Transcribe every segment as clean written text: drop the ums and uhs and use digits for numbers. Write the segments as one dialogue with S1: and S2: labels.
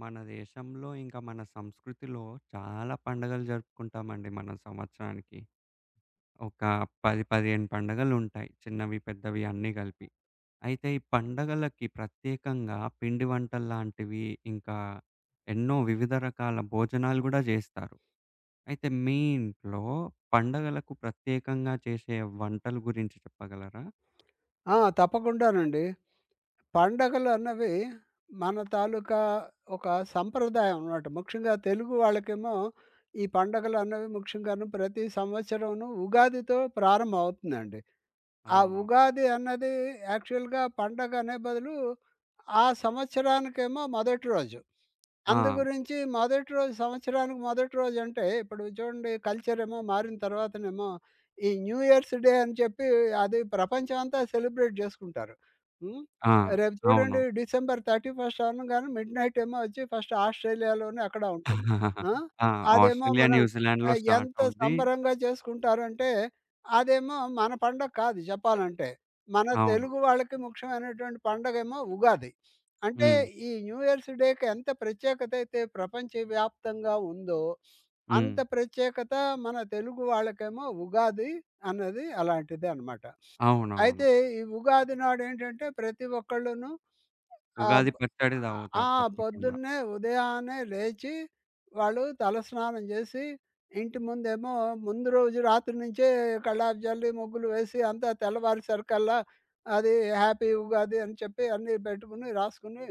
S1: మన దేశంలో ఇంకా మన సంస్కృతిలో చాలా పండగలు జరుపుకుంటామండి మనం సంవత్సరానికి. ఒక 10, 15 పండగలుంటాయి. చిన్నవి, పెద్దవి అన్నీ కలిపి. అయితే ఈ పండగలకి ప్రత్యేకంగా పిండి వంటల్లాంటివి ఇంకా ఎన్నో వివిధ రకాల భోజనాలు గూడా జేస్తారు. అయితే మీ ఇంట్లో పండగలకు ప్రత్యేకంగా చేసే వంటల గురించి చెప్పగలరా?
S2: ఆ! తప్పకుండానండి. పండగలన్నవి మన తాలూకా ఒక సంప్రదాయం అన్నమాట. ముఖ్యంగా తెలుగు వాళ్ళకేమో ఈ పండగలన్నవి ముఖ్యంగాను ప్రతి సంవత్సరంను ఉగాదితో ప్రారంభం అవుతుందండి. ఆ
S1: అవును.
S2: ఉగాది అన్నది యాక్చువల్‌గా పండగ అనే బదులు ఆ సంవత్సరానికేమో మొదటి రోజు.
S1: ఆ!
S2: అందుగురించి మొదటి రోజు సంవత్సరానికి మొదటి రోజు అంటే ఇప్పుడు చూడండి కల్చర్ ఏమో మారిన తర్వాతనేమో ఈ న్యూ ఇయర్స్ డే అని చెప్పి అది ప్రపంచం అంతా సెలబ్రేట్ చేసుకుంటారు. హ్మ్.
S1: ఆ!
S2: రేపు
S1: అవును.
S2: చూడండి డిసెంబర్ 31 అనంగానే మిడ్‌నైట్ ఏమో వచ్చి ఫస్ట్ ఆస్ట్రేలియాలోనే అక్కడ ఉంటుంది. ఆ!
S1: ఆ!
S2: అదేమో
S1: ఆస్ట్రేలియా,
S2: మనం
S1: న్యూజిలాండ్‌లో స్టార్ట్
S2: ఎంత
S1: అవుద్ది.
S2: సంబరంగా చేసుకుంటారంటే అదేమో మన పండగ కాదు చెప్పాలంటే. మన
S1: అవును.
S2: తెలుగు వాళ్ళకి ముఖ్యమైనటువంటి పండగేమో ఉగాది. అంటే
S1: హ్మ్.
S2: ఈ న్యూ ఇయర్స్ డేకి ఎంత ప్రత్యేకత అయితే ప్రపంచవ్యాప్తంగా ఉందో,
S1: హ్మ్.
S2: అంత ప్రత్యేకత మన తెలుగు వాళ్ళకేమో ఉగాది అన్నది అలాంటిదే అనమాట.
S1: అవునవును.
S2: అయితే ఈ ఉగాది నాడేంటంటే ప్రతి ఒక్కళ్ళును
S1: ఉగాది
S2: ఆబ్
S1: పచ్చడి
S2: ఆ!
S1: తాగుతారు తప్పకుండా.
S2: ఉదయాన్నే లేచి, వాళ్ళు తలస్నానం చేసి, ఇంటి ముందేమో ముందు రోజు రాత్రి నుంచే కల్లాపు జల్లి, ముగ్గులు వేసి అంతా తెల్లవారేసరికల్లా అది హ్యాపీ ఉగాది అని చెప్పి అన్నీ పెట్టుకుని, రాసుకుని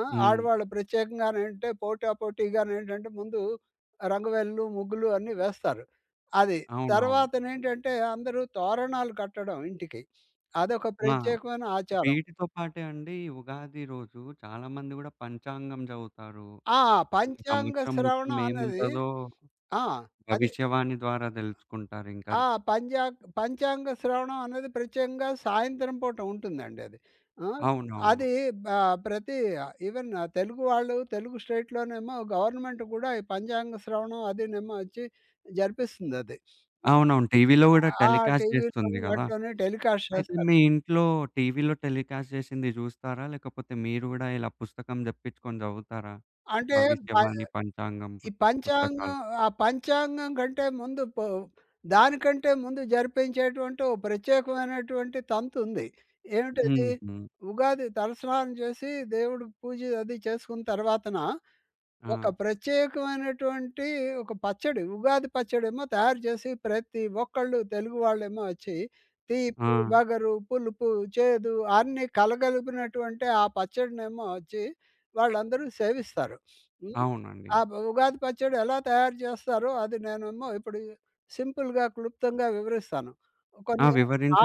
S2: ఆ!
S1: హ్మ్.
S2: ఆడవాళ్ళు ప్రత్యేకంగానేంటంటే పోటా పోటీగానేంటంటే ముందు రంగవల్లులు, ముగ్గులు అన్నీ వేస్తారు. అది.
S1: అవునవును.
S2: తర్వాతనేంటంటే అందరూ తోరణాలు కట్టడం ఇంటికి. అదొక
S1: ఆ!
S2: ప్రత్యేకమైన ఆచారం.
S1: వీటితో పాటే అండి ఉగాది రోజు చాలామంది గూడా పంచాంగం చదువుతారు.
S2: ఆ!
S1: ఇంకా
S2: పంచాంగ
S1: సంవత్సరం మొత్తం
S2: శ్రవణం అన్నది
S1: ఏముంటదో
S2: ఆ! అదే.
S1: భవిష్యవాణి ద్వారా తెలుసుకుంటారింకా.
S2: ఆ! పంజా పంచాంగ శ్రవణం అన్నది ప్రత్యేకంగా సాయంత్రం పూట ఉంటుందండి అది. ఆ!
S1: అవునవును.
S2: అది ఆహ్, ప్రతి ఈవెన్ తెలుగు వాళ్ళు తెలుగు స్టేట్‌లోనేమో గవర్నమెంట్ కూడా ఈ పంచాంగ శ్రవణం అదీనేమో వచ్చి జరిపిస్తుందది.
S1: అవునవును. టీవీలో గూడా
S2: ఆ
S1: టెలికాస్ట్ చేస్తుంది
S2: టీవీలోను
S1: గదా!
S2: వాటిలోని టెలికాస్ట్
S1: అయితే
S2: చేస్తారు.
S1: మీ ఇంట్లో టీవీలో టెలికాస్ట్ చేసింది జూస్తారా? లేకపోతే మీరు గూడా ఇలా పుస్తకం తెప్పించుకొని చదువుతారా?
S2: అంటే ప
S1: భవిష్యవాణి, పంచాంగం పు
S2: ఈ
S1: పుస్తకాలు.
S2: పంచాంగం ఆ పంచాంగం కంటే ముందు పో దానికంటే ముందు జరిపించేటువంటి ఓ ప్రత్యేకమైనటువంటి తంతుంది. ఏమిటది?
S1: హుహు.
S2: ఉగాది తలస్నానం చేసి దేవుడికి పూజ అది చేసుకున్న తర్వాతన
S1: ఆ!
S2: ఒక ప్రత్యేకమైనటువంటి ఒక పచ్చడి. ఉగాది పచ్చడేమో తయారు చేసి ప్రతి ఒక్కళ్ళు తెలుగు వాళ్ళేమో వచ్చి
S1: ఆ!
S2: తీపి, వగరు, పులుపు, చేదు అన్నీ కలగలిపినటువంటి ఆ పచ్చడినేమో వచ్చి వాళ్ళందరూ సేవిస్తారు. హ్మ్.
S1: అవునండి.
S2: ఆ ఉగాది పచ్చడి ఎలా తయారు చేస్తారో అది నేనేమో ఇప్పుడు సింపుల్‌గా, క్లుప్తంగా వివరిస్తాను.
S1: ఆ!
S2: కొన్ని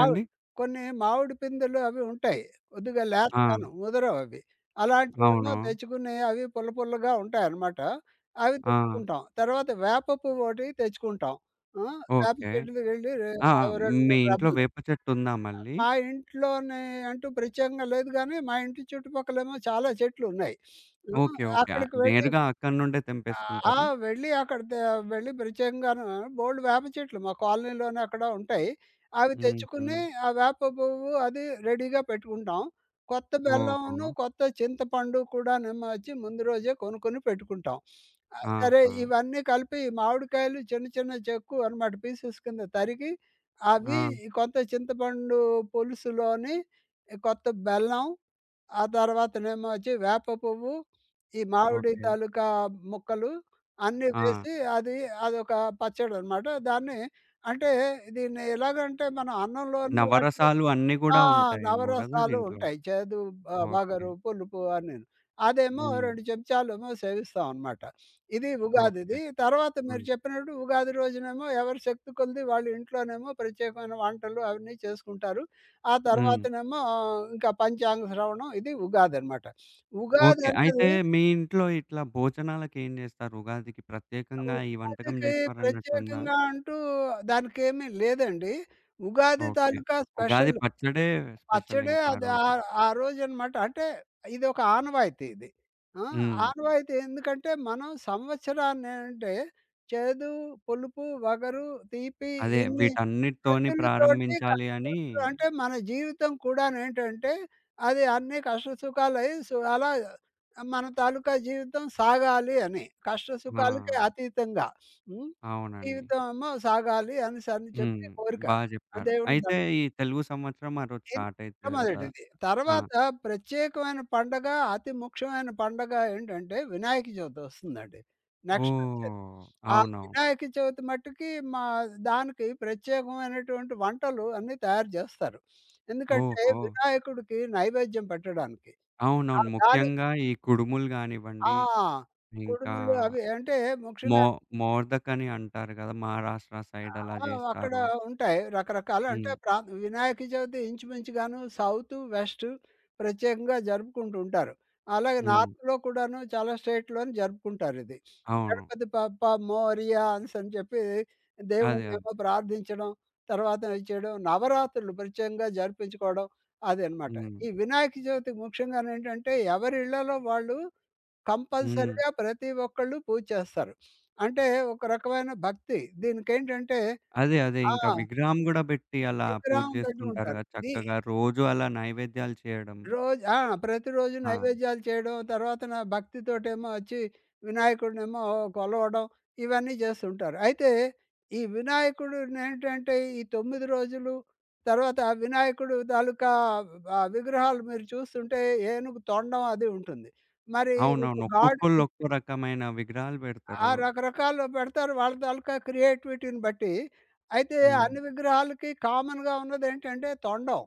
S2: ఆవి కొన్ని మామిడి పిందెలు అవి ఉంటాయి. కొద్దిగా
S1: ఆ!
S2: లేతగాను ముదరవవి. అలాంటివేమో
S1: అవును.
S2: తెచ్చుకుని అవి పుల్ల పుల్లగా ఉంటాయన్నమాట. అవి
S1: ఆ!
S2: తెచ్చుకుంటాం. తర్వాత వేప పువ్వోటి తెచ్చుకుంటాం. ఆ! వేప
S1: ఓకే.
S2: చెట్టుకి వెళ్లి రె
S1: ఆ! ఆ!
S2: 2,
S1: మీ
S2: 3
S1: ఇంట్లో
S2: రెబ్బలు.
S1: వేప చెట్టుందా మళ్ళీ?
S2: మా ఇంట్లోనే అంటూ ప్రత్యేకంగా లేదు గానీ, మా ఇంటి చుట్టుపక్కలేమో చాలా చెట్లున్నాయి. ఆ!
S1: ఓకే. ఓకే. ఆహ్,
S2: అక్కడికి వెళ్ళి
S1: నేరుగా అక్కడి నుండే
S2: ఆ! ఆ!
S1: తెంపేసుకుంటారా?
S2: వెళ్ళి అక్కడ తే వెళ్ళి ప్రత్యేకంగాను బోలెడు వేప చెట్లు మా కాలనీలోనే అక్కడ ఉంటాయి. అవి
S1: హుహు.
S2: తెచ్చుకుని ఆ వేప పువ్వు అది రెడీగా పెట్టుకుంటాం. కొత్త బెల్లమును,
S1: ఓహో!
S2: కొత్త చింతపండు కూడానేమో వచ్చి ముందు రోజే కొనుక్కొని పెట్టుకుంటాం. ఆహ్, సరే
S1: ఆహా!
S2: ఇవన్నీ కలిపి ఈ మామిడికాయలు చిన్న చిన్న చెక్కు అనమాట పీసెస్ కింద తరిగి అవి
S1: ఆ!
S2: కొంత చింతపండు పులుసులోని ఈ కొత్త బెల్లం ఆ తర్వాతనేమో వచ్చి వేప పువ్వు, ఈ మామిడి
S1: ఓకే.
S2: తాలూకా ముక్కలు అన్నీ
S1: ఆ!
S2: వేసి అదొక పచ్చడనమాట. దాన్ని అంటే దీన్ని ఎలాగంటే మనం అన్నంలోని వాటిలో
S1: నవరసాలు అన్నీ
S2: ఆ!
S1: గూడా ఉంటాయేమో గదా!
S2: నవరసాలు
S1: దీంట్లో.
S2: ఉంటాయి. చేదు, బ
S1: ఓకే.
S2: వగరు, పులుపు అన్నీను. అదేమో
S1: హ్మ్.
S2: 2 చెంచాలేమో సేవిస్తాం అనమాట. ఇది
S1: ఓకే.
S2: ఉగాదిది. తర్వాత మీరు
S1: హ్మ్.
S2: చెప్పినట్టు ఉగాది రోజునేమో ఎవరి శక్తి కొలది వాళ్ళ ఇంట్లోనేమో ప్రత్యేకమైన వంటలు అవన్నీ చేసుకుంటారు. ఆ
S1: హ్మ్.
S2: తర్వాతనేమో ఇంకా పంచాంగ శ్రవణం ఇది ఉగాదనమాట.
S1: ఓకే. అయితే
S2: ఉగాదన్నది
S1: మీ ఇంట్లో ఇట్లా భోజనాలకేం జేస్తారు? ఉగాదికి ప్రత్యేకంగా ఈ వంటకం
S2: ఉగాదికి
S1: జేస్తారన్నట్టుందా?
S2: ప్రత్యేకంగా అంటూ దానికేమీ లేదండి. ఉగాది
S1: ఓకే.
S2: తాలూకా
S1: ఉగాది
S2: స్పెషల్.
S1: పచ్చడే స్పెషల్
S2: పచ్చడే
S1: ఇంకా ఆ
S2: అది ఆ
S1: రోజు.
S2: ఆ రోజనమాట. అంటే ఇదొక ఆనవాయితీ ఇది. ఆ!
S1: హ్మ్.
S2: ఆనవాయితీ ఎందుకంటే మనం చేదు, పులుపు, వగరు, తీపి
S1: అదే
S2: ఇన్ని
S1: వీటన్నిటితోని
S2: రుచులతోటి
S1: ప్రారంభించాలి అని.
S2: కష్టసుఖాలు అంటే మన జీవితం కూడానేంటంటే అది అన్నీ కష్ట సుఖాలయి సు అలా మన తాలూకా జీవితం సాగాలి అని. కష్ట
S1: ఆ!
S2: సుఖాలకి అతీతంగా. హ్మ్.
S1: అవునండి.
S2: జీవితం ఏమో సాగాలి అనేసని
S1: హ్మ్.
S2: చెప్పి కోరిక.
S1: బా
S2: ఆ
S1: జెప్పారు.
S2: దేవుని
S1: అయితే
S2: దయ.
S1: ఈ తెలుగు సంవత్సరం ఆ రోజు
S2: ఇది
S1: స్టార్ట్ అయితది గదా!
S2: మొట్టమొదటిది.
S1: ఆ!
S2: ప్రత్యేకమైన పండగ, అతి ముఖ్యమైన పండగ ఏంటంటే వినాయక చవితి వస్తుందండి. నెక్స్ట్ వచ్చేది.
S1: ఓహ్!
S2: ఆ
S1: అవునవును.
S2: వినాయక చవితి మట్టుకి మా దానికి ప్రత్యేకమైనటువంటి వంటలు అన్నీ తయారు చేస్తారు. ఎందుకంటే
S1: ఓహో!
S2: వినాయకుడికి నైవేద్యం పెట్టడానికి. ఆ!
S1: అవునవును.
S2: దాని
S1: ముఖ్యంగా ఈ కుడుములు
S2: ఆ!
S1: గానివ్వండి, ఇంకా
S2: కుడుములు అవి అంటే
S1: మో
S2: ముఖ్యంగా
S1: మోర్దకని అంటారు గదా! మహారాష్ట్ర
S2: ఆ!
S1: సైడ్ అలా
S2: అక్కడ
S1: జేస్తారు.
S2: ఉంటాయి. రకరకాల అంటే
S1: హ్మ్.
S2: ప్రా వినాయక చవితి ఇంచుమించుగాను సౌతు, వెస్టు ప్రత్యేకంగా జరుపుకుంటూ ఉంటారు. అలాగే
S1: హ్మ్.
S2: నార్త్‌లో కూడాను చాలా స్టేట్‌లోని జరుపుకుంటారిది.
S1: అవును.
S2: గణపతి బప్ప మోరియా అనేసని చెప్పి
S1: అదే. అదే.
S2: దేవుడినేమో ప్రార్థించడం, తర్వాత ఇది చేయడం, నవరాత్రులు ప్రత్యేకంగా జరిపించుకోవడం అదనమాట.
S1: హ్మ్.
S2: ఈ వినాయక చవితి ముఖ్యంగానేంటంటే ఎవరి ఇళ్లలో వాళ్ళు
S1: హ్మ్.
S2: కంపల్సరీగా ప్రతి ఒక్కళ్ళు పూజ చేస్తారు. అంటే ఒక రకమైన భక్తి. దీనికేంటంటే
S1: అదే. అదే.
S2: ఆ!
S1: ఇంకా విగ్రహం గూడా బెట్టి అలా పూజ
S2: విగ్రహం
S1: జేసుకుంటారు
S2: పెట్టుకుంటారు.
S1: గదా!
S2: ది
S1: చక్కగా రోజు అలా నైవేద్యాలు చేయడం.
S2: రోజు ఆ! ప్రతిరోజు
S1: ఆ!
S2: నైవేద్యాలు చేయడం, తర్వాతన భక్తితోటేమో వచ్చి వినాయకుడినేమో కొలవడం, ఇవన్నీ చేస్తుంటారు. అయితే ఈ వినాయకుడినేంటంటే ఈ 9 రోజులు, తర్వాత ఆ వినాయకుడు తాలూకా ఆ విగ్రహాలు మీరు చూస్తుంటే ఏనుగు తొండం అది ఉంటుంది. మరి
S1: అవునవును. ఒక్కొక్కళ్ళు
S2: గాడికి
S1: ఒక్కో రకమైన విగ్రహాలు
S2: ఆ!
S1: బెడతారు.
S2: రకరకాలు పెడతారు వాళ్ళ తాలూకా క్రియేటివిటీని బట్టి. అయితే
S1: హ్మ్.
S2: అన్ని విగ్రహాలకి కామన్‌గా ఉన్నదేంటంటే తొండం.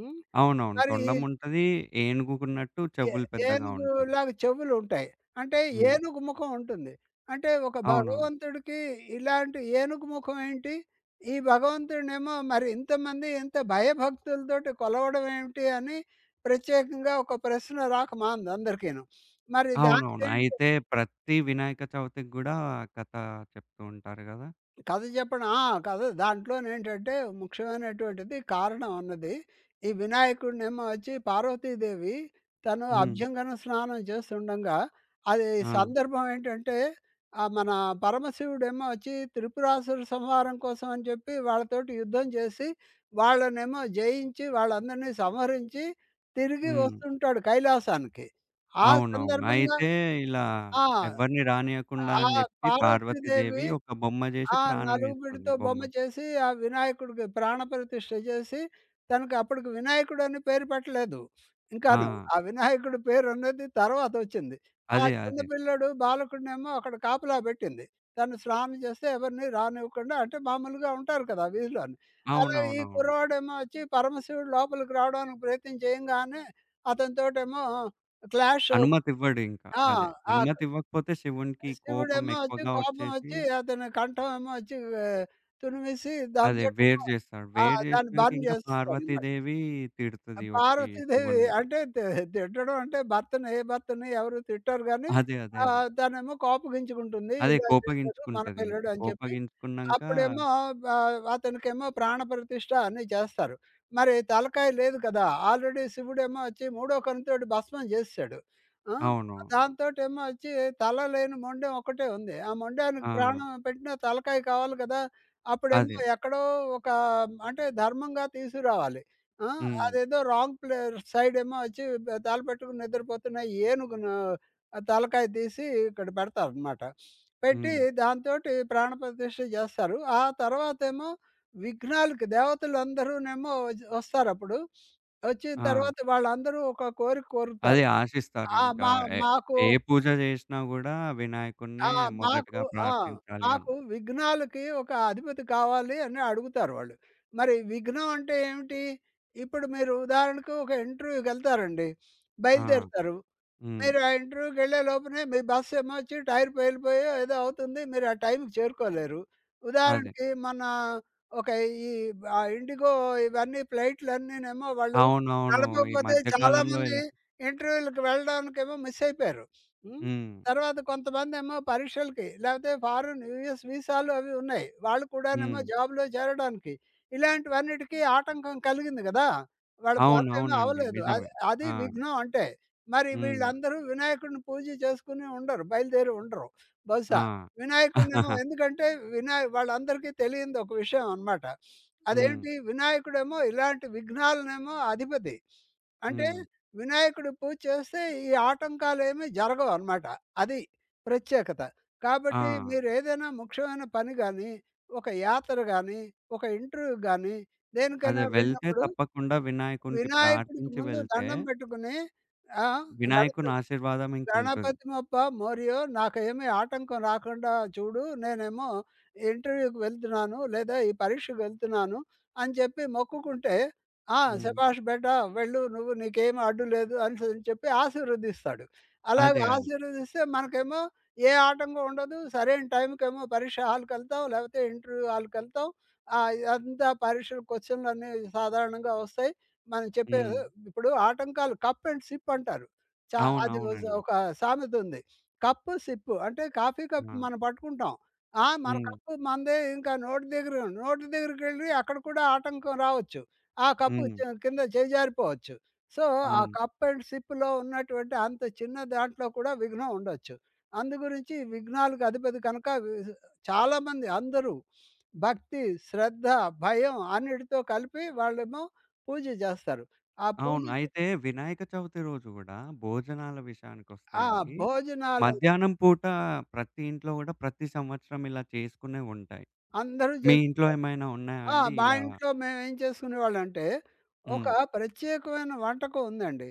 S2: హ్మ్.
S1: అవునవును.
S2: మరి
S1: తొండముంటది. ఏనుగుకున్నట్టు
S2: ఏ
S1: చెవులు పెద్దగా ఉంటాయి.
S2: ఏనుగులాగా చెవులుంటాయి. అంటే
S1: హ్మ్.
S2: ఏనుగు ముఖం ఉంటుంది. అంటే ఒక
S1: అవునవును.
S2: భగవంతుడికి ఇలాంటి ఏనుగు ముఖం ఏంటి? ఈ భగవంతుడినేమో మరి ఇంతమంది ఇంత భయభక్తులతోటి కొలవడం ఏమిటి అని ప్రత్యేకంగా ఒక ప్రశ్న రాక మానదు అందరికీను. మరి
S1: అవునవును.
S2: దానికేంటి
S1: అయితే ప్రతి వినాయక చవితికి గూడా కథ చెప్తూ ఉంటారు గదా!
S2: కథ చెప్పడం ఆ! కథ దాంట్లోనేంటంటే ముఖ్యమైనటువంటిది 'కారణం' అన్నది. ఈ వినాయకుడినేమో వచ్చి పార్వతీదేవి తను
S1: హ్మ్.
S2: అభ్యంగన స్నానం చేస్తుండంగా అది హ్మ్.
S1: ఆ!
S2: సందర్భం ఏంటంటే మన పరమశివుడేమో వచ్చి త్రిపురాసుర సంహారం కోసం అని చెప్పి వాళ్ళతోటి యుద్ధం చేసి, వాళ్ళనేమో జయించి వాళ్ళందరినీ సంహరించి తిరిగి
S1: హ్మ్.
S2: వస్తుంటాడు కైలాసానికి. ఆ
S1: అవునవును.
S2: సందర్భంగా
S1: అయితే ఇలా
S2: ఆ!
S1: ఎవరిని రానీయకుండా
S2: ఆ
S1: అని జెప్పి
S2: పార్వతీదేవి
S1: పార్వతీదేవి ఒక బొమ్మ జేసి
S2: ఆ!
S1: ప్రాణమేస్తుంది
S2: నలుగుపిడితో బొమ్మ
S1: బొమ్మకి.
S2: చేసి, ఆ వినాయకుడికి ప్రాణప్రతిష్ఠ చేసి, తనకి అప్పటికి వినాయకుడని పేరు పెట్టలేదు.
S1: ఆ!
S2: ఇంకాను. ఆ వినాయకుడి పేరన్నది తర్వాతొచ్చింది. ఆ
S1: అదే.
S2: చిన్న
S1: అదే.
S2: పిల్లోడు బాలకుడినేమో అక్కడ కాపలా పెట్టింది. తను స్నానం చేస్తే ఎవరిని రానివ్వకుండా అంటే మామూలుగా ఉంటారు కదా! వీధిలోని. అలా ఈ
S1: అవునవునవును.
S2: కుర్రవాడేమో వచ్చి పరమశివుడు లోపలికి రావడానికి ప్రయత్నం చేయంగానే అతనితోటేమో క్లాష్.
S1: అనుమతివ్వడింకా.
S2: ఆ!
S1: అదే.
S2: ఆ!
S1: అనుమతివ్వకపోతే శివునికి కోపం
S2: శివుడేమో వచ్చి
S1: ఎక్కువగా
S2: కోపం
S1: వచ్చేసి
S2: వచ్చి అతని కంఠం ఏమో వచ్చి ఆహ్, తురిమేసి
S1: అదే వేరు
S2: దాంతోటేమో
S1: జేస్తాడు.
S2: ఆ!
S1: వేరు
S2: తునివేసి దాంతో దాన్ని
S1: జేసినంక
S2: బర్న్
S1: ఇంకా
S2: చేసేస్తాడనమాట.
S1: పార్వతీదేవి తిడుతది వచ్చి
S2: పార్వతీదేవి
S1: శివున్ని.
S2: అంటే తి తిట్టడం అంటే భర్తని ఎవరు తిట్టరు గానీ
S1: అదే. అదే. అదే.
S2: తనేమో కోపగించుకుంటుంది.
S1: అదే
S2: ఇలా చేశారు మన
S1: కోపగించుకుంటదింక.
S2: పిల్లోడు అని చెప్పి
S1: కోపగించుకున్నంక
S2: అప్పుడేమో అతనికేమో ప్రాణప్రతిష్ఠ అన్నీ చేస్తారు. మరి తలకాయ లేదు కదా! ఆల్రెడీ శివుడేమో వచ్చి మూడో కన్నుతోటి భస్మం చేసేసాడు. ఆ!
S1: అవును.
S2: దాంతోటేమో వచ్చి తల లేని మొండెం ఒక్కటే ఉంది. ఆ మొండానికి
S1: ఆ!
S2: ప్రాణం పెట్టినా తలకాయ కావాలి కదా! అప్పుడేమో
S1: అదే.
S2: ఎక్కడో ఒక అంటే ధర్మంగా తీసుకురావాలి. ఆ!
S1: హ్మ్.
S2: అదేదో రాంగ్ ప్లే సైడేమో వచ్చి తల పెట్టుకొని నిద్రపోతున్న ఏనుగును ఆ తలకాయ తీసి ఇక్కడ పెడతారనమాట. పెట్టి
S1: హ్మ్.
S2: దాంతోటి ప్రాణప్రతిష్ఠ చేస్తారు. ఆ తర్వాతేమో విఘ్నాలకి దేవతలందరూనేమో ఒస్తారప్పుడు. ఒచ్చిన
S1: ఆ!
S2: తర్వాత వాళ్ళందరూ ఒక కోరిక
S1: అదే
S2: కోరుతారు.
S1: ఆశిస్తారు
S2: ఆ!
S1: ఇంకా.
S2: మా
S1: ఏ
S2: మాకు
S1: ఏ పూజ జేసినా గూడా
S2: ఆ!
S1: వినాయకుడినే
S2: మాకు
S1: మొదటగా
S2: ఆ!
S1: ప్రార్థించాలి అన్న.
S2: మాకు విఘ్నాలకి ఒక అధిపతి కావాలి అని అడుగుతారు వాళ్ళు. మరి విఘ్నం అంటే ఏమిటి? ఇప్పుడు మీరు ఉదాహరణకు ఒక ఇంటర్వ్యూకెళ్తారండి.
S1: ఆ!
S2: బయలుదేరుతారు.
S1: హ్మ్.
S2: మీరు ఆ ఇంటర్వ్యూకెళ్ళే లోపలే మీ బస్సు ఏమొచ్చి టైర్ పేలిపోయో ఏదో అవుతుంది. మీరు ఆ టైంకి చేరుకోలేరు.
S1: అదే.
S2: ఉదాహరణకి మన ఒక ఈ ఆ ఇండిగో ఇవన్నీ ఫ్లైట్‌లన్నీనేమో వాళ్ళు
S1: అవునవును. ఈ
S2: నడపకపోతే
S1: మధ్య కాలంలో
S2: చాలామంది
S1: ఇలా.
S2: ఇంటర్వ్యూలకి వెళ్ళడానికేమో మిస్ అయిపోయారు. హ్మ్.
S1: హ్మ్.
S2: తర్వాత కొంతమందేమో పరీక్షలకి లేకపోతే ఫారెన్ యూఎస్ వీసాలు అవి ఉన్నాయి. వాళ్ళు కూడానేమో
S1: హ్మ్.
S2: జాబ్‌లో చేరడానికి. ఇలాంటివన్నిటికి ఆటంకం కలిగింది గదా! వాళ్ళ పనులేమి
S1: అవునవునండి.
S2: అవ్వలేదు.
S1: నిజమే.
S2: అది అది
S1: ఆ!
S2: విఘ్నం అంటే. మరి
S1: హ్మ్.
S2: వీళ్ళందరూ వినాయకుడిని పూజ చేసుకుని ఉండరు. బయలుదేరి ఉండరు బహుశా.
S1: ఆ!
S2: వినాయకుడినేమో ఎందుకంటే వినాయ వాళ్ళందరికీ తెలియనిది ఒక విషయం అనమాట.
S1: హ్మ్.
S2: అదేంటి వినాయకుడేమో ఇలాంటి విఘ్నాలనేమో అధిపతి. అంటే
S1: హ్మ్.
S2: వినాయకుడు పూజ చేస్తే ఈ ఆటంకాలేమీ జరగవనమాట. అది ప్రత్యేకత. కాబట్టి
S1: ఆ!
S2: మీరేదైనా ముఖ్యమైన పని గాని, ఒక యాత్ర గాని, ఒక ఇంటర్వ్యూ గాని,
S1: అదే
S2: దేనికైనా
S1: వెళ్తే
S2: వెళ్ళినప్పుడు
S1: తప్పకుండా వినాయకునికి
S2: వినాయకుడికి
S1: ప్రార్థించి
S2: ముందు
S1: వెళ్తే,
S2: దండం పెట్టుకుని ఆ! గణప
S1: వినాయకుని ఆశీర్వాదం ఇంకుంటది.
S2: గణపతిమప్ప మోరియో నాకేమీ ఆటంకం రాకుండా చూడు. నేనేమో ఇంటర్వ్యూకి వెళ్తున్నాను, లేదా ఈ పరీక్షకు వెళ్తున్నాను అని చెప్పి మొక్కుకుంటే, ఆ!
S1: హ్మ్.
S2: శభాష్ బేటా! వెళ్ళు నువ్వు నీకేమి అడ్డు లేదు అని చెప్పి ఆశీర్వదిస్తాడు. అలాగ
S1: అదే. అదే.
S2: ఆశీర్వదిస్తే మనకేమో ఏ ఆటంకం ఉండదు. సరైన టైంకేమో పరీక్ష హాల్‌కెళ్తాం, లేకపోతే ఇంటర్వ్యూ హాల్‌కెళ్తాం. ఆహ్, ఇదంతా పరీక్షల క్వెషన్‌లన్నీ సాధారణంగా వస్తాయి. మనం చెప్పే
S1: హ్మ్.
S2: ఇప్పుడు ఆటంకాలు కప్ అండ్ సిప్ అంటారు. చా అది ఒజ్
S1: అవునవునండి.
S2: ఒక సామెత ఉంది. కప్పు సిప్పు అంటే కాఫీ
S1: ఆ!
S2: కప్పు మనం పట్టుకుంటాం. ఆ! మన
S1: హ్మ్.
S2: కప్పు మనదే ఇంకా నోటి దగ్గరికెళ్ళి అక్కడ కూడా ఆటంకం రావచ్చు. ఆ కప్పు
S1: హ్మ్.
S2: చ కింద చేజారిపోవచ్చు. సో, ఆ
S1: హ్మ్.
S2: కప్ అండ్ సిప్‌లో ఉన్నటువంటి అంత చిన్న దాంట్లో కూడా విఘ్నం ఉండొచ్చు. అందు గురించి ఈ విఘ్నాలకు అధిపతి కనుక చాలామంది అందరూ భక్తి, శ్రద్ధ, భయం అన్నిటితో కలిపి వాళ్ళేమో పూజ జేస్తారు. ఆ పూజ
S1: అవును.
S2: చే
S1: అయితే వినాయక చవితి రోజు గూడా భోజనాల విషయానికొస్తే
S2: ఆ!
S1: అండి,
S2: భోజనాల
S1: మధ్యాహ్నం పూట ప్రతి ఇంట్లో గూడా ప్రతి సంవత్సరం ఇలా చేసుకునేవుంటాయి.
S2: అందరూ
S1: మీ
S2: చేసు
S1: ఇంట్లో ఏమైనా ఉన్నాయా
S2: ఆ!
S1: అండి
S2: మా
S1: ఇలా?
S2: ఇంట్లో మేమేం చేసుకునేవాళ్ళంటే, ఒక
S1: హ్మ్.
S2: ప్రత్యేకమైన వంటకం ఉందండి.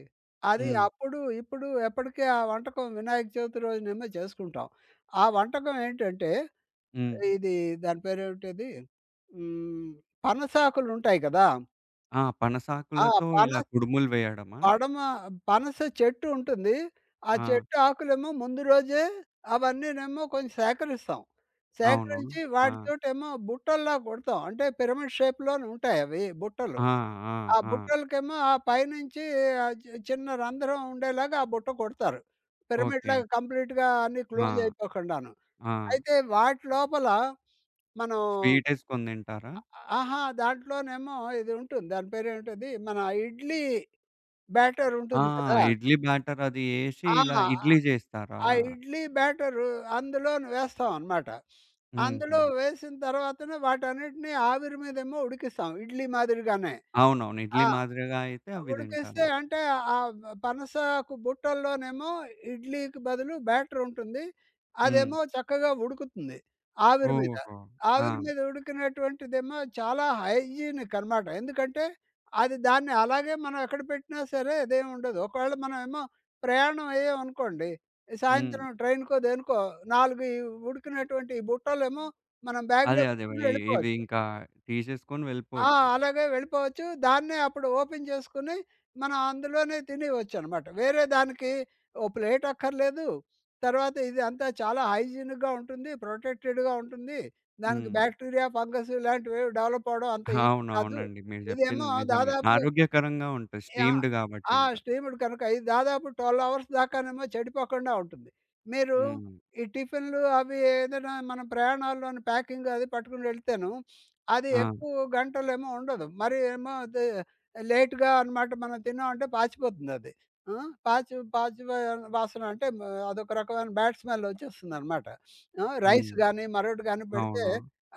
S2: అది
S1: హ్మ్.
S2: అప్పుడు, ఇప్పుడు ఎప్పటికీ ఆ వంటకం వినాయక చవితి రోజునేమో చేసుకుంటాం. ఆ వంటకం ఏంటంటే,
S1: హ్మ్.
S2: ఇది దాని పేరేమిటది? హ్మ్. పనసాకులుంటాయి కదా!
S1: ఆ!
S2: ఆ!
S1: పనసాకులతో ఇలా
S2: పనస
S1: కుడుములు వేయడమా?
S2: పడమ పనస చెట్టు ఉంటుంది. ఆ
S1: ఆ!
S2: చెట్టు ఆకులేమో ముందు రోజే అవన్నీనేమో కొంచెం సేకరిస్తాం.
S1: అవును.
S2: సేకరించి
S1: ఆ!
S2: వాటితోటేమో బుట్టల్లా కుడతాం. అంటే పిరమిడ్ షేప్‌లోనే ఉంటాయవి
S1: ఆ!
S2: బుట్టలు.
S1: ఆ!
S2: ఆ
S1: ఆ!
S2: బుట్టలకేమో ఆ పైనుంచి ఆహ్, చిన్న రంధ్రం ఉండేలాగా ఆ బుట్ట కుడతారు.
S1: ఓకే.
S2: పిరమిడ్‌లాగా కంప్లీట్‌గా అన్నీ
S1: ఆ!
S2: క్లోజ్ అయిపోకుండాను.
S1: ఆ!
S2: అయితే వాటి లోపల మనం
S1: స్వీటేసుకొని తింటారా?
S2: ఆహా! దాంట్లోనేమో ఇది ఉంటుంది. దాని పేరేంటది? మన ఇడ్లీ బ్యాటర్
S1: ఆ!
S2: ఉంటుంది కదా!
S1: ఇడ్లీ బ్యాటర్ అది ఏసి ఇలా
S2: ఆ!
S1: ఇడ్లీ జేస్తారా?
S2: ఆ ఇడ్లీ బ్యాటరు అందులోని వేస్తామనమాట.
S1: హుహు.
S2: అందులో వేసిన తర్వాతన వాటన్నిటిని ఆవిరి మీదేమో ఉడికిస్తాం ఇడ్లీ మాదిరిగానే.
S1: అవునవును. ఇడ్లీ
S2: ఆ!
S1: మాదిరిగా అయితే అవి
S2: ఉడికిస్తే
S1: తింటారయితే.
S2: అంటే ఆ పనసకు బుట్టల్లోనేమో ఇడ్లీకి బదులు బ్యాటర్ ఉంటుంది.
S1: హ్మ్.
S2: అదేమో చక్కగా ఉడుకుతుంది ఆవిరి మీద.
S1: ఓహో! ఆ!
S2: ఆవిరి మీద ఉడికినటువంటిదేమో చాలా హైజీనిక్ అనమాట. ఎందుకంటే దాన్ని అలాగే మనం ఎక్కడ పెట్టినా సరే అదేం ఉండదు. ఒకవేళ మనమేమో ప్రయాణం అయ్యామనుకోండి,
S1: హ్మ్.
S2: సాయంత్రం ట్రైన్‌కో, దేనికో 4 ఈ ఉడికినటువంటి ఈ బుట్టలేమో మనం
S1: అదే.
S2: బ్యాగ్‌లో
S1: అదే.
S2: పెట్టుకొని
S1: ఇవి
S2: వెళ్ళిపోవచ్చు.
S1: ఇంకా తీసేసుకొని
S2: ఆ!
S1: వెళ్ళిపోవచ్చు.
S2: అలాగే వెళ్ళిపోవచ్చు. దాన్నే అప్పుడు ఓపెన్ చేసుకొని, మనం అందులోనే తినేయొచ్చనమాట. వేరే దానికి ఓ ప్లేట్ అక్కర్లేదు. తర్వాత ఇది అంతా చాలా హైజీనిక్‌గా ఉంటుంది. ప్రొటెక్టెడ్‌గా ఉంటుంది. దానికి
S1: హ్మ్.
S2: బ్యాక్టీరియా, ఫంగస్ ఇలాంటివేవి డెవలప్ అవ్వడం అంత ఈజీ కాదు.
S1: అవునవునండి. మీరు చెప్పింది
S2: ఇదేమో
S1: నిజమే.
S2: దాదాపుగా
S1: ఆరోగ్యకరంగా ఉంటాయి. స్టీమ్డ్ కాబట్టి
S2: ఆ!
S1: ఇంకా.
S2: స్టీమ్‌డ్ కనుక ఇది దాదాపు 12 అవర్స్ దాకానేమో చెడిపోకుండా ఉంటుంది. మీరు
S1: హ్మ్.
S2: ఈ టిఫిన్‌లు అవి ఏదైనా మనం ప్రయాణాల్లోని ప్యాకింగ్ అది పట్టుకుని వెళ్తేను, అది
S1: ఆ!
S2: ఎక్కువ గంటలేమో ఉండదు. మరి ఏమో అది లేట్‌గా అనమాట మనం తిన్నామంటే పాచిపోతుందది. ఆ! పాచి పాచి వా వాసన అంటే అదొక రకమైన బ్యాడ్ స్మెల్ వచ్చేస్తుందనమాట. ఆ! రైస్
S1: హ్మ్.
S2: గానీ, మరొకటి గానీ పెడితే
S1: అవును.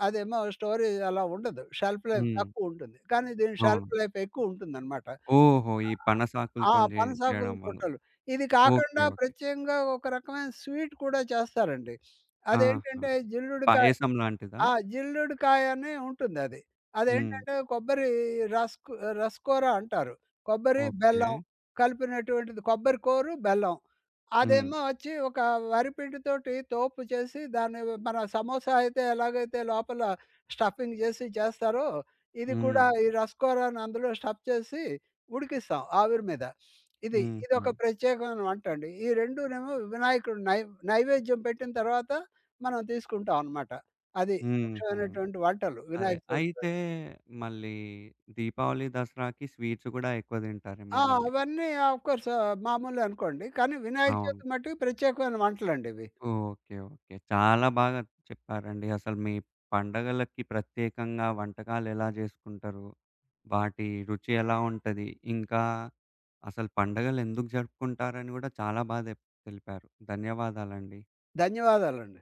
S2: అదేమో స్టోరేజ్ అలా ఉండదు. షెల్ఫ్ లైఫ్
S1: హ్మ్.
S2: తక్కువ ఉంటుంది. కానీ దీని
S1: అవును.
S2: షెల్ఫ్ లైఫ్ ఎక్కువ ఉంటుందనమాట.
S1: ఓహో! ఈ
S2: ఆ!
S1: పనసాకులతోని
S2: పనసాకుల
S1: చేయడం వల్ల.
S2: పుట్టలు. ఇది
S1: ఓకే.
S2: కాకుండా
S1: ఓకే.
S2: ప్రత్యేకంగా ఒక రకమైన స్వీట్ కూడా చేస్తారండి.
S1: ఆహా!
S2: అదేంటంటే జిల్లుడుకాయ.
S1: పాయసం లాంటిదా?
S2: ఆ! జిల్లుడుకాయ అని ఉంటుందది.
S1: హ్మ్.
S2: అదేంటంటే కొబ్బరి రస్కు రస్కోరా అంటారు. కొబ్బరి,
S1: ఓకే.
S2: బెల్లం కలిపినటువంటిది. కొబ్బరి కోరు, బెల్లం.
S1: హ్మ్.
S2: అదేమో వచ్చి ఒక వరిపిండితోటి తోపు చేసి దాన్ని మన సమోసా అయితే ఎలాగైతే లోపల స్టఫింగ్ చేసి చేస్తారో, ఇది
S1: హ్మ్.
S2: కూడా ఈ రస్కోరాని అందులో స్టఫ్ చేసి ఉడికిస్తాం ఆవిరి మీద.
S1: హుహు.
S2: ఇదొక ప్రత్యేకమైన వంటండి. ఈ రెండూనేమో వినాయకుడు నై నైవేద్యం పెట్టిన తర్వాత మనం తీసుకుంటాం అనమాట. అది.
S1: హుహు.
S2: పక్షమైనటువంటి వంటలు
S1: అదే.
S2: వినాయక చవితి. రోజు.
S1: అయితే మళ్ళీ దీపావళి, దసరాకి స్వీట్స్ గూడా ఎక్కువ
S2: ఆ!
S1: తింటారేమో మళ్ళీ.
S2: అవన్నీ ఆఫ్ కోర్స్ మామూలే అనుకోండి. కానీ వినాయక
S1: అవును.
S2: చవితి మట్టుకు ప్రత్యేకమైన వంటలండి ఇవి.
S1: ఓకే. ఓకే. చాలా బాగా చెప్పారండి. అసలు మీ పండగలకి ప్రత్యేకంగా వంటకాలెలా జేసుకుంటారు? వాటి రుచి ఎలా ఉంటది? ఇంకా అసలు పండగలెందుకు జరుపుకుంటారని గూడా చాలా బా దెప్ తెలిపారు. ధన్యవాదాలండి.
S2: ధన్యవాదాలండి.